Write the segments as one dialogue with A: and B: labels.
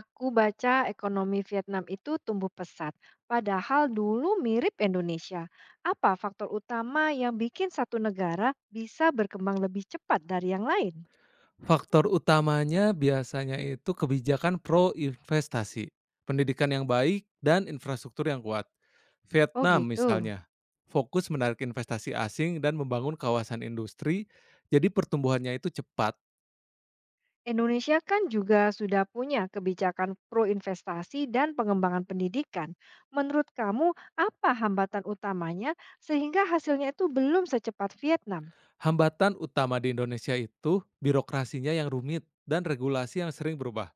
A: Aku baca ekonomi Vietnam itu tumbuh pesat, padahal dulu mirip Indonesia. Apa faktor utama yang bikin satu negara bisa berkembang lebih cepat dari yang lain?
B: Faktor utamanya biasanya itu kebijakan pro investasi, pendidikan yang baik, dan infrastruktur yang kuat.
A: Oh
B: Vietnam
A: gitu.
B: misalnya, fokus menarik investasi asing dan membangun kawasan industri, jadi pertumbuhannya itu cepat.
A: Indonesia kan juga sudah punya kebijakan pro investasi dan pengembangan pendidikan. Menurut kamu, apa hambatan utamanya sehingga hasilnya itu belum secepat Vietnam?
B: Hambatan utama di Indonesia itu birokrasinya yang rumit dan regulasi yang sering berubah.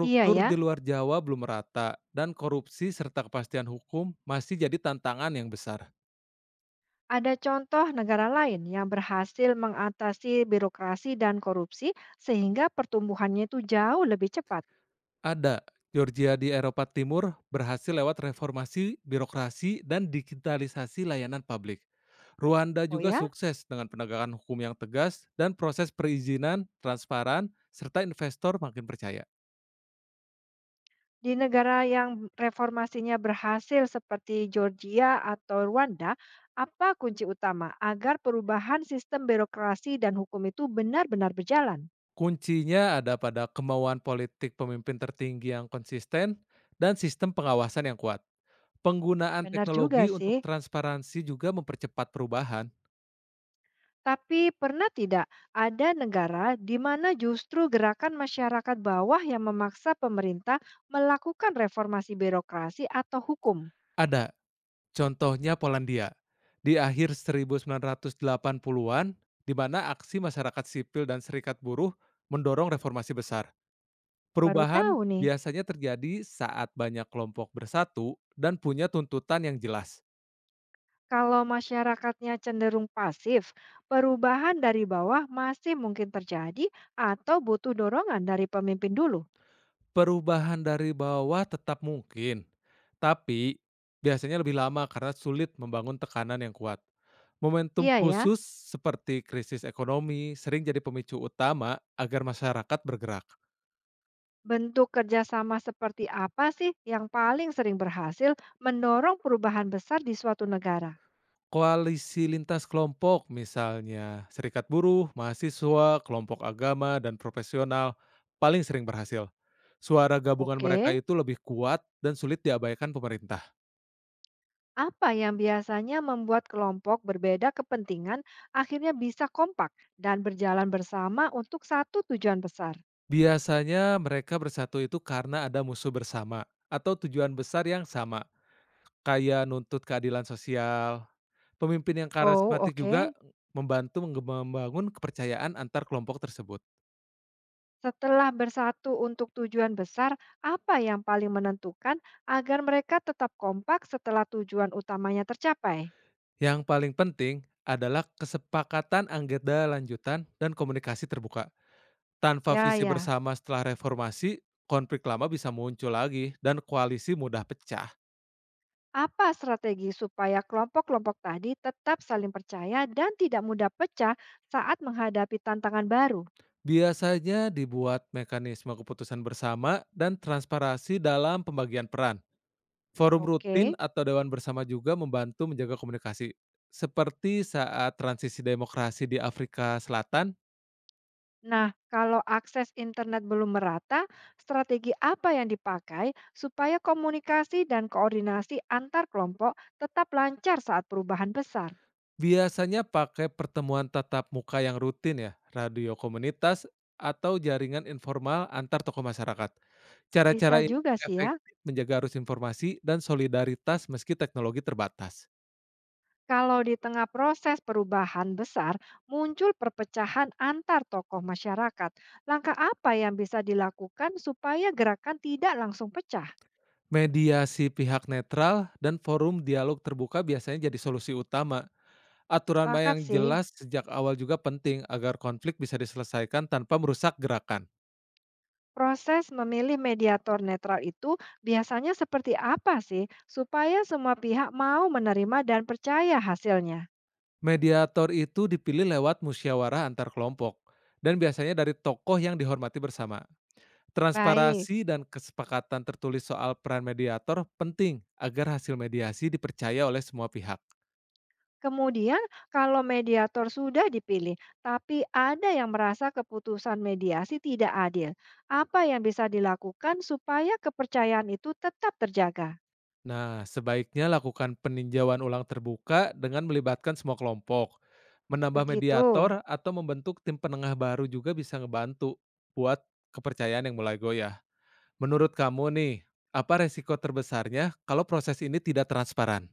A: Iya, ya.
B: di luar Jawa belum merata dan korupsi serta kepastian hukum masih jadi tantangan yang besar.
A: Ada contoh negara lain yang berhasil mengatasi birokrasi dan korupsi sehingga pertumbuhannya itu jauh lebih cepat.
B: Ada. Georgia di Eropa Timur berhasil lewat reformasi birokrasi dan digitalisasi layanan publik. Rwanda
A: Oh
B: juga
A: ya,
B: sukses dengan penegakan hukum yang tegas dan proses perizinan transparan serta investor makin percaya.
A: di negara yang reformasinya berhasil seperti Georgia atau Rwanda, apa kunci utama agar perubahan sistem birokrasi dan hukum itu benar-benar berjalan?
B: Kuncinya ada pada kemauan politik pemimpin tertinggi yang konsisten dan sistem pengawasan yang kuat. Penggunaan
A: Benar juga
B: teknologi
A: sih.
B: untuk transparansi juga mempercepat perubahan.
A: Tapi pernah tidak ada negara di mana justru gerakan masyarakat bawah yang memaksa pemerintah melakukan reformasi birokrasi atau hukum?
B: Ada. Contohnya Polandia. Di akhir 1980-an, di mana aksi masyarakat sipil dan serikat buruh mendorong reformasi besar.
A: Baru
B: Perubahan
A: tahu nih,
B: biasanya terjadi saat banyak kelompok bersatu dan punya tuntutan yang jelas.
A: kalau masyarakatnya cenderung pasif, perubahan dari bawah masih mungkin terjadi atau butuh dorongan dari pemimpin dulu.
B: Perubahan dari bawah tetap mungkin, tapi biasanya lebih lama karena sulit membangun tekanan yang kuat. Momentum
A: Iya ya,
B: khusus seperti krisis ekonomi sering jadi pemicu utama agar masyarakat bergerak.
A: bentuk kerjasama seperti apa sih yang paling sering berhasil mendorong perubahan besar di suatu negara?
B: Koalisi lintas kelompok misalnya serikat buruh, mahasiswa, kelompok agama, dan profesional paling sering berhasil. Suara gabungan mereka
A: Oke.
B: itu lebih kuat dan sulit diabaikan pemerintah.
A: Apa yang biasanya membuat kelompok berbeda kepentingan akhirnya bisa kompak dan berjalan bersama untuk satu tujuan besar?
B: Biasanya mereka bersatu itu karena ada musuh bersama atau tujuan besar yang sama, kayak nuntut keadilan sosial. Pemimpin yang
A: Oh,
B: karismatik
A: oke.
B: juga membantu membangun kepercayaan antar kelompok tersebut.
A: Setelah bersatu untuk tujuan besar, apa yang paling menentukan agar mereka tetap kompak setelah tujuan utamanya tercapai?
B: Yang paling penting adalah kesepakatan anggota lanjutan dan komunikasi terbuka. Tanpa
A: Ya,
B: visi
A: ya.
B: bersama setelah reformasi, konflik lama bisa muncul lagi dan koalisi mudah pecah.
A: Apa strategi supaya kelompok-kelompok tadi tetap saling percaya dan tidak mudah pecah saat menghadapi tantangan baru?
B: Biasanya dibuat mekanisme keputusan bersama dan transparansi dalam pembagian peran. Forum rutin
A: Oke.
B: atau dewan bersama juga membantu menjaga komunikasi. Seperti saat transisi demokrasi di Afrika Selatan.
A: Nah, kalau akses internet belum merata, strategi apa yang dipakai supaya komunikasi dan koordinasi antar kelompok tetap lancar saat perubahan besar?
B: Biasanya pakai pertemuan tatap muka yang rutin ya, radio komunitas, atau jaringan informal antar tokoh masyarakat.
A: Bisa
B: Cara-cara ini
A: juga sih ya,
B: efektif menjaga arus informasi dan solidaritas meski teknologi terbatas.
A: kalau di tengah proses perubahan besar muncul perpecahan antar tokoh masyarakat. Langkah apa yang bisa dilakukan supaya gerakan tidak langsung pecah?
B: Mediasi pihak netral dan forum dialog terbuka biasanya jadi solusi utama. Aturan main
A: Sepakat
B: yang
A: sih.
B: jelas sejak awal juga penting agar konflik bisa diselesaikan tanpa merusak gerakan.
A: Proses memilih mediator netral itu biasanya seperti apa sih supaya semua pihak mau menerima dan percaya hasilnya?
B: Mediator itu dipilih lewat musyawarah antar kelompok dan biasanya dari tokoh yang dihormati bersama.
A: Baik.
B: Transparansi dan kesepakatan tertulis soal peran mediator penting agar hasil mediasi dipercaya oleh semua pihak.
A: Kemudian, kalau mediator sudah dipilih tapi ada yang merasa keputusan mediasi tidak adil, apa yang bisa dilakukan supaya kepercayaan itu tetap terjaga?
B: Nah, sebaiknya lakukan peninjauan ulang terbuka dengan melibatkan semua kelompok. Menambah
A: Begitu.
B: mediator atau membentuk tim penengah baru juga bisa ngebantu buat kepercayaan yang mulai goyah. Menurut kamu nih, apa resiko terbesarnya kalau proses ini tidak transparan?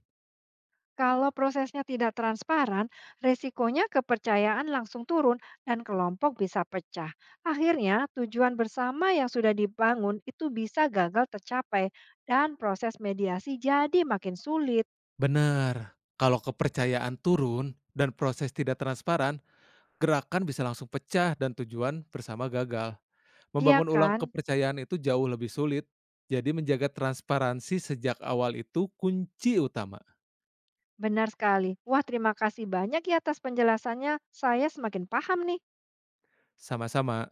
A: Kalau prosesnya tidak transparan, resikonya kepercayaan langsung turun dan kelompok bisa pecah. Akhirnya, tujuan bersama yang sudah dibangun itu bisa gagal tercapai dan proses mediasi jadi makin sulit.
B: Benar, kalau kepercayaan turun dan proses tidak transparan, gerakan bisa langsung pecah dan tujuan bersama gagal.
A: Iya,
B: Membangun ulang
A: kan?
B: kepercayaan itu jauh lebih sulit. Jadi menjaga transparansi sejak awal itu kunci utama.
A: Benar sekali. Wah, terima kasih banyak ya atas penjelasannya. Saya semakin paham nih.
B: Sama-sama.